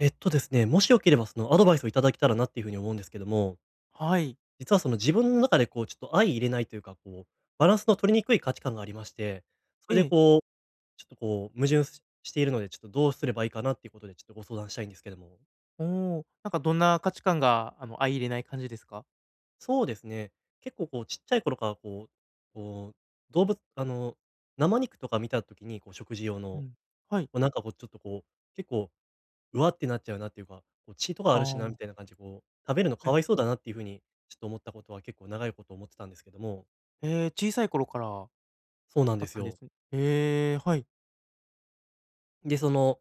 ですね、もしよければそのアドバイスをいただけたらなっていうふうに思うんですけども、はい。実はその自分の中でこうちょっと相入れないというか、こう、バランスの取りにくい価値観がありまして、そえれでえ。こう、ちょっとこう、矛盾しているので、ちょっとどうすればいいかなっていうことでちょっとご相談したいんですけども。おお、なんかどんな価値観が、相入れない感じですか？そうですね、結構こうちっちゃい頃からこう、動物、生肉とか見た時にこう食事用うの、ん。はい。こうなんかこうちょっとこう、結構うわってなっちゃうなっていうか、こう血とかああるしなみあ、たいな感じで、こう、食べるのえ、可哀そうだなっていう風に、ちょっと思ったことは結構長いこと思ってたんですけども。ええ、小さい頃からそうなんあでっすたんでよ。すね。へえ、はい。で、その、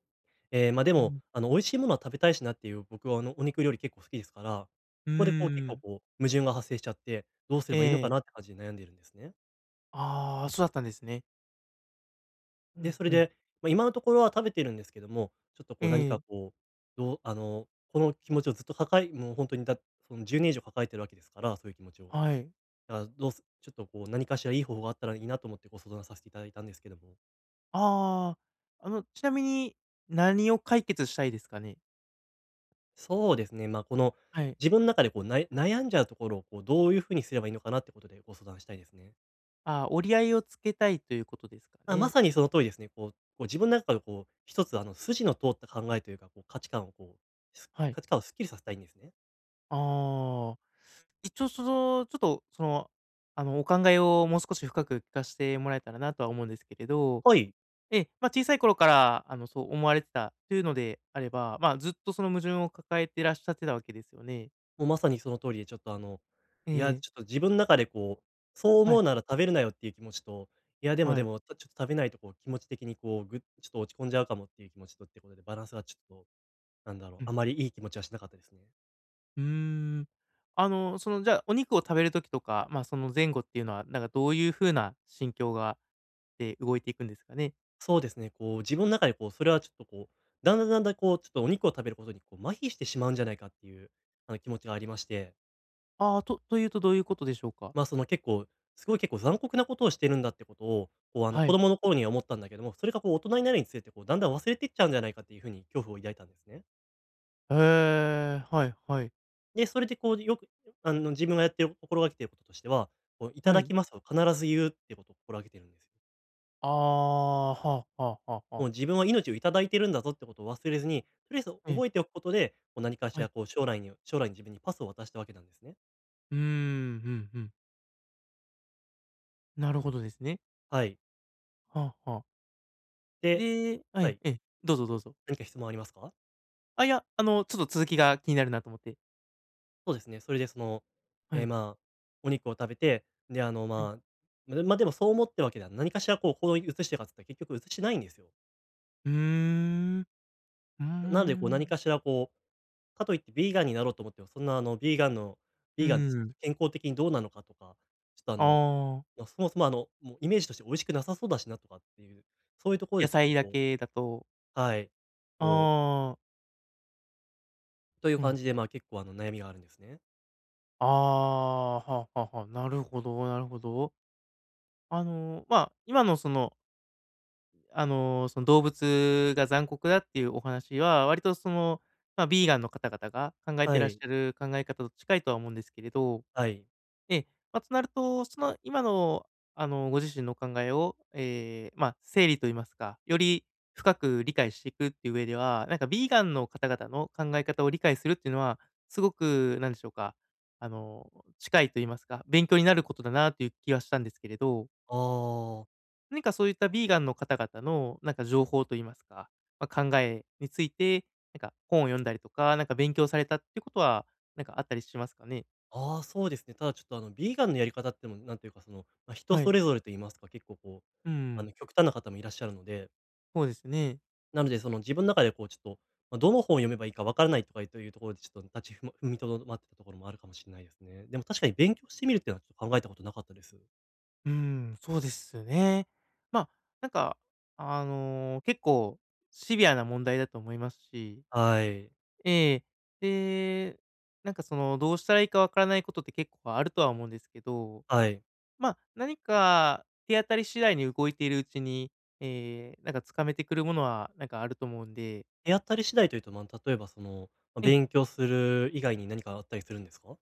ええ、ま、でうも、ん。あの、美味しいものは食べたいしなっていう、僕はあの、お肉料理結構好きですから、うーそこでこう結構ん。こう、矛盾が発生しちゃって、どうすれえばいいのかなってえ。感じで悩んでいるんですね。ああ、そうだったんですね。うで、んそれうん。で、まあ、今のところは食べてるんですけども、ちょっとえこう何かえ、こう、どうあの、この気持ちをずっと抱えもう本当にその10年以上抱えてるわけですから、そういう気持ちを。はい。だからどうすちょっとこう、何かしらいい方法があったらいいなと思ってご相談させていただいたんですけども。ああ、ちなみに何を解決したいですかね？そうですね、まあ、この、はい。自分の中でこう、悩んじゃうところをこう、どういうふうにすればいいのかなってことでご相談したいですね。ああ、折り合いをつけたいということですかあ、まね？さにその通りですね。こう自分の中でこう、一つあの筋の通った考えというか、こう価値観をこう、すはい。価値観をすっきりさせたいんですね。ああ。一応その、ちょっとその、あの、お考えをもう少し深く聞かしてもらえたらなとは思うんですけれど、はい。ええ、まあ、小さい頃から、そう思われてたというのであれば、まあ、ずっとその矛盾を抱えてらっしゃってたわけですよね。もうまさにその通りで、ちょっとあの、えいや、え、ちょっと自分の中でこう、そうは思い、うなら食べるなよっていう気持ちと、いやでもはでい。も、ちょっと食べないとこう気持ち的にこう、ちょっと落ち込んじゃうかもっていう気持ちとってことで、バランスがちょっと、なんだろう、うあん。まりいい気持ちはしなかったですね。うーん。じゃあ、お肉を食べる時とか、まあ、その前後っていうのは、なんかどういう風な心境で動いていくんですかね？そうですね、こう自分の中でこう、それはちょっとこう、だんだんだんだんこう、ちょっとお肉を食べることにこう、麻痺してしまうんじゃないかっていう、あの気持ちがありまして。ああ、というとどういうことでしょうか？まあ、その結構、すごい結構残酷なことをしてるんだってことを、こう、あの、は子い。供の頃には思ったんだけども、それがこう大人になるにつれて、こう、だんだん忘れていっちゃうんじゃないかっていう風に恐怖を抱いたんですね。へえ、はいはい。で、それでこう、よく、あの、自分がやってる心がけていることとしては、こう、いたはだい。きますを必ず言うってことを心がけてるんですよ。ああ、はあはあはあはもあ。う自分は命をいただいてるんだぞってことを忘れずに、とりあえずええ、覚えておくことで、こう何かしはい。らこう将来に自分にパスを渡したわけなんですね。うーん、うんうん。なるでほどですね。はい。はあはあ。ででははい、い、ええ、どうぞどうぞ。何か質問ありますか？あ、いや、ちょっと続きが気になるなと思って。そうですね。それでその、はい、まあ、お肉を食べて、で、あの、はい。まあ、でもそう思ってわけでは、何かしらこう行動に移してるかっつったら結局移してないんですよ。うーん、うーなのでこう何ん、かしらこう、かといってビーガンになろうと思っても、そんなあのビーガンのうビーガンってーん。健康的にどうなのかとか、ちょっとああの、あ、まあ、そもそもあの、もうイメージとして美味しくなさそうだしなとかっていう、そういうところ野でちょっ菜とだこうけだと。はい、あこう、あ、といううん。感じで、まあ、結構あの悩みがあるんですね。ああ、はあはあはあ。なるほどなるほど。まあ、今のその動物が残酷だっていうお話は、割とまあ、ビーガンの方々が考えてはらっしい、ゃる考え方と近いとは思うんですけれど、はい。ええ、まあ、となると、その今の、ご自身のお考えを、ええ、まあ、整理と言いますか、より深く理解していくっていう上では、なんかビーガンの方々の考え方を理解するっていうのは、すごくなんでしょうか、あの、近いと言いますか、勉強になることだなという気はしたんですけれど。ああ。何かそういったヴィーガンの方々のなんか情報と言いますか、まあ、考えについて、なんか本を読んだりとか、なんか勉強されたっていうことは、なんかあったりしますかね？ああ、そうですね。ただちょっとあの、ビーガンのやり方ってのも、なんというかその、まあ、人はそい。れぞれと言いますか、結構こう、うあん、の、極端な方もいらっしゃるので、そうですね。なのでその自分の中でこうちょっと、まあ、どの本を読めばいいかわからないとかというところで、ちょっと立ちふま踏みとどまってたところもあるかもしれないですね。でも確かに勉強してみるっていうのはちょっと考えたことなかったです。うん、そうですね。まあ、なんか、結構シビアな問題だと思いますし、はい。ええ、で、なんかその、どうしたらいいかわからないことって結構あるとは思うんですけど、はい。まあ、何か手当たり次第に動いているうちに、なんか掴めてくるものは、なんかあると思うんで、手当たり次第というと、まあ、例えばその、ま、ええ、勉強する以外に何かあったりするんですか？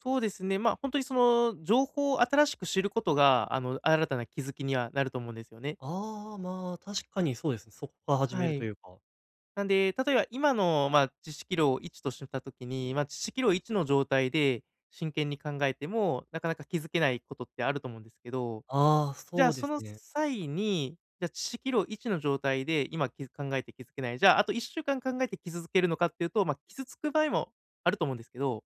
そうですね、本当にその情報を新しく知ることが、新たな気づきにはなると思うんですよね。ああー、まあ、確かにそうですね。そこから始めはるとい。いうか。なんで、例えば今の、まあ、知識量を1とした時に、まあ、知識量1の状態で真剣に考えても、なかなか気づけないことってあると思うんですけど、ああ、じゃそあ、うでそすのね。際に、じゃあ、致死量1の状態で、今考えて気づけない、じゃあ、あと1週間考えて気づけるのかっていうと、まあ、傷つく場合もあると思うんですけど、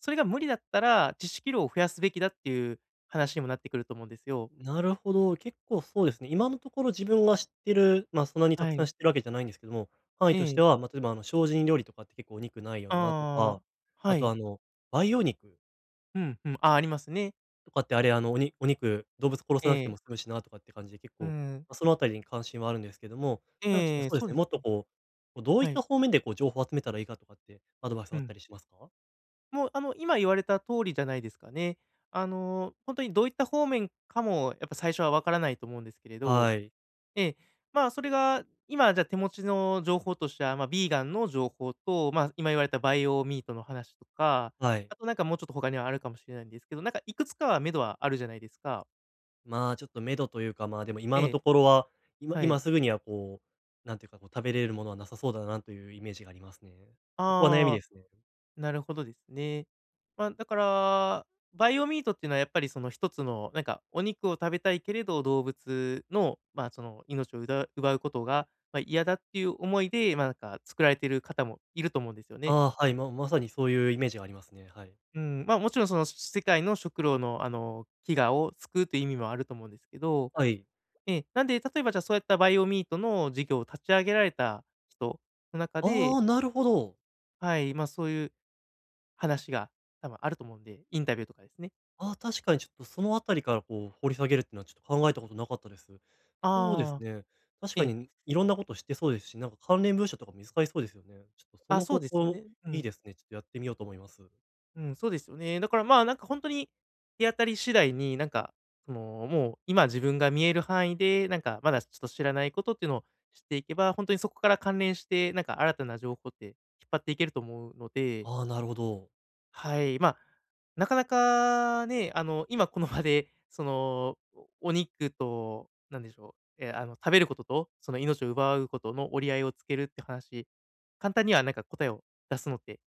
それが無理だったら、致死量を増やすべきだっていう話にもなってくると思うんですよ。なるほど、結構そうですね。今のところ自分が知ってる、まあ、そんなにたはくさんい。知ってるわけじゃないんですけども、範囲えとしてえ。は、ま、例えばあの精進料理とかって結構お肉ないよなとああ、か、はあとい。あの、培養肉うん、うん。あ、ありますね。とかってあれ、あの、お肉、動物殺えさなくてえ。も済むしなとかって感じで結う構、まん。あ、そのあたりに関心はあるんですけども、ただちょっとえそえ、うでそうすね、でもすっとね。こう、こうどういはったい。方面でこう情報を集めたらいいかとかってアドバイスうはあったん。りしますか？もう、今言われた通りじゃないですかね。本当にどういった方面かも、やっぱ最初はわからないと思うんですけれど、はい。ええ。まあ、それが今じゃあ手持ちの情報としては、まあ、ビーガンの情報と、まあ、今言われたバイオミートの話とか、はい。あとなんかもうちょっと他にはあるかもしれないんですけど、なんかいくつかは目処はあるじゃないですか。まあ、ちょっと目処というか、まあ、でも今えのえ、ところは、今はい。今すぐにはこう、なんていうか、こう食べれるものはなさそうだなというイメージがありますね。そこは悩みああ、ですね。なるほどですね。まあ、だから、バイオミートっていうのはやっぱりその一つのなんかお肉を食べたいけれど、動物の、まあ、その命を奪うことが、ま、嫌だっていう思いで、ま、なんか作られている方もいると思うんですよね。ああ、はい、まさにそういうイメージがありますね。はい。うん、まあ、もちろんその世界の食糧の、飢餓を救うという意味もあると思うんですけど、はい。ええ、なんで、例えばじゃあそういったバイオミートの事業を立ち上げられた人の中で、ああ、なるほど。はい、まあ、そういう話が多分あると思うんで、インタビューとかですね。ああ、確かにちょっとそのあたりからこう掘り下げるっていうのはちょっと考えたことなかったです。そうですああ、ね。確えかえ、にいろんなこと知ってそうですし、なんか関連文書とか見つかりそうですよね。ちょっとそあ、のそう方です向ね。ういいん。ですね。ちょっとやってみようと思います。うん、そうですよね。だから、まあ、なんか本当に手当たり次第に、なんか、その、もう今自分が見える範囲で、なんかまだちょっと知らないことっていうのを知っていけば、本当にそこから関連して、なんか新たな情報って引っ張っていけると思うので、ああ、なるほど。はい。まあ、なかなかね、今この場で、その、お肉と、なんでしょう、え、あの、食べることと、その命を奪うことの折り合いをつけるって話、簡単にはなんか答えを出すのって、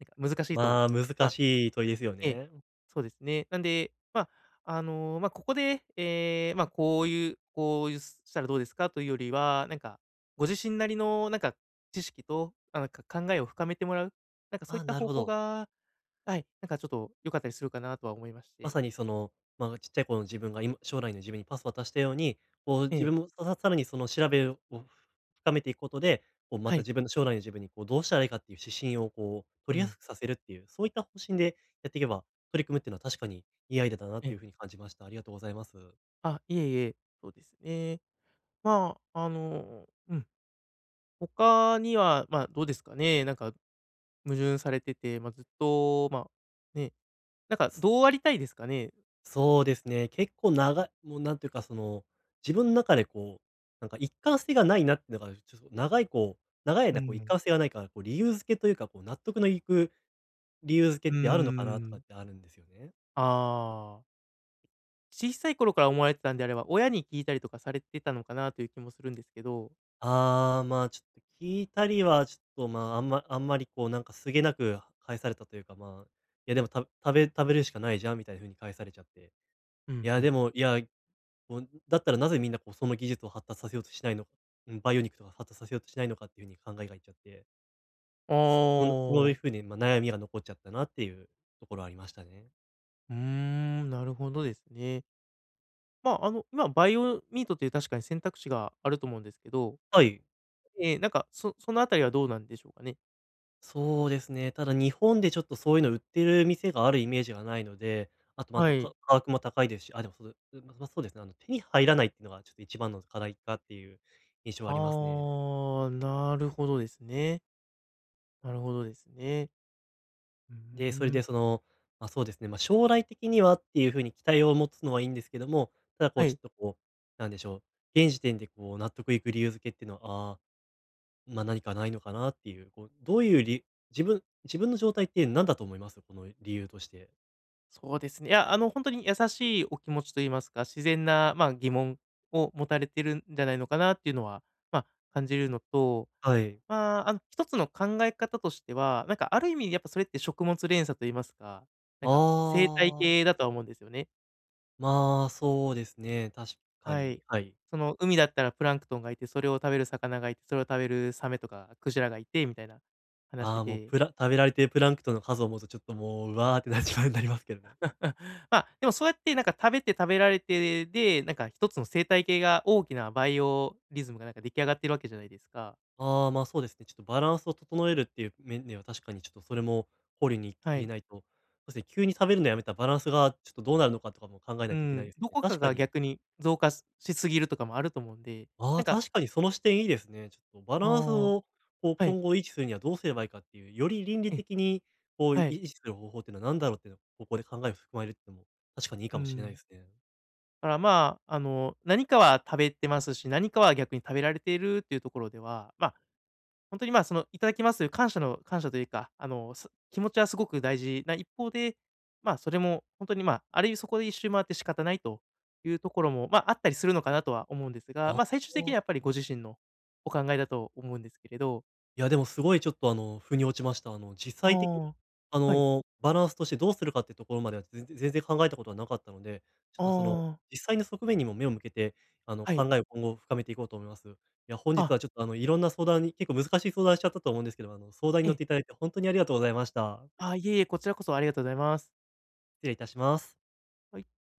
なんか難しいと、まあ、難まあ、しい問いですよええ、ね。そうですね。なんで、まあ、まあ、ここで、ええ、まあ、こういうしたらどうですかというよりは、なんか、ご自身なりのなんか知識と、なんか考えを深めてもらう、なんかそうあいっあ、たなる方ほ向ど。が、はい、なんかちょっと良かったりするかなとは思いましまて。さにその、まあ、ちっちゃい頃の自分が今将来の自分にパスを渡したように、こうえ自え、分もさらにその調べを深めていくことで、こうまはたい、自分の将来の自分にこうどうしたらいいかっていう指針をこうう取りやん、すくさせるっていう、そういった方針でやっていけば、取り組むっていうのは確かにいいアイデアだなっえていえ、うふうに感じました。ありがとうございます。あ、いえいえ、そうですね。まあ、うん、他には、まあ、どうですかね、なんか矛盾されてて、まあ、ずっと、まあ、ね、なんかそどうありたいですかね？そうですね、結構長い、もうなんていうかその、自分の中でこう、なんか一貫性がないなっていうのが、ちょっと長いこう、長いう間こう一ん。貫性がないから、こう理由付けというか、こう納得のいく理由付うけーってあるのかなとかっん。てあるんですよね。ああ。小さい頃から思われてたんであれば、親に聞いたりとかされてたのかなという気もするんですけど。ああ、まあ、ちょっと聞いたりは、ちょっと、まあ、あんまりこう、なんかすげなく返されたというか、まあ、いやでもた食べ食べるしかないじゃんみたいな風に返されちゃって。ういんうやでん。も、いや、こう、だったらなぜみんなこう、その技術を発達させようとしないのか、うん、ニックとか発達させようとしないのかっていう風に考えがいっちゃって、あちょっとそのそういうあ。風に、ま、悩みが残っちゃったなっていうところはありましたね。うーん、なるほどですね。まあ、今バイオミートという確かに選択肢があると思うんですけど、はい。ええ、なんか、そのあたりはどうなんでしょうかね？そうですね。ただ日本でちょっとそういうの売ってる店があるイメージがないので、あとまはた、い。価格も高いですし、あ、でも、その、ま、そうですね、手に入らないっていうのがちょっと一番の課題かっていう印象はありますね。ああ、なるほどですね。なるほどですね。うーで、それでん。その、ま、そうですね、ま、将来的にはっていう風に期待を持つのはいいんですけども、ただこはうちょい。っとこう、なんでしょう、現時点でこう納得いく理由付けっていうのは、ああ、ま、何かないのかなっていう、こう、どういうり自分の状態って何だと思います？この理由として。そうですね。いや、本当に優しいお気持ちと言いますか、自然な、まあ、疑問を持たれてるんじゃないのかなっていうのは、まあ、感じるのと、はい。まあ、一つの考え方としては、なんかある意味やっぱそれって食物連鎖と言いますか、なんか生態ああ。系だとは思うんですよね。まあ、そうですね、確かはい。に、はい。その、海だったらプランクトンがいて、それを食べる魚がいて、それを食べるサメとかクジラがいてみたいなあ話あ、もうで。食べられてるプランクトンの数を思うとちょっともう、うわーってなっちまうなりますけどね。うん。まあ、でもそうやってなんか食べて食べられてで、なんか一つの生態系が大きなバイオリズムがなんか出来上がってるわけじゃないですか。ああ、まあ、そうですね、ちょっとバランスを整えるっていう面では確かにちょっとそれも考慮には入れい。ないと、そうですね、急に食べるのやめたらバランスがちょっとどうなるのかとかも考えうないといけないん。ですどね。こか確かがに、逆に増加しすぎるとかもあると思うんで、あなんあ、か確かにその視点いいですね。ちょっとバあランスあ、をこうはい。今後維持するにはどうすればいいかっていう、より倫理え、的にこうはい。維持する方法っていうのは何だろうっていうのをここで考えを含まれるっていうのも確かにいいうかもしれないでん。すね。だからまあ、何かは食べてますし、何かは逆に食べられているっていうところでは、本当に、まあ、その、いただきますという感謝というか、気持ちはすごく大事な一方で、まあ、それも本当に、まあ、ある意味そこで一周回って仕方ないというところも、まあ、あったりするのかなとは思うんですが、あまあ、あ。最終的にはやっぱりご自身のお考えだと思うんですけれど。いや、でもすごいちょっと腑に落ちました。実あ際的に、あ、はい。バランスとしてどうするかってところまでは、全然考えたことはなかったので、ちょっとその、ああ、実際の側面にも目を向けて、は考い。えを今後深めていこうと思います。いや、本日あ、はちょっといろんな相談に結構難しい相談しちゃったと思うんですけど、相談にえ乗っえ。ていただいて本当にありがとうございました。あ、いえいえ、こちらこそありがとうございます。失礼いたします。はい。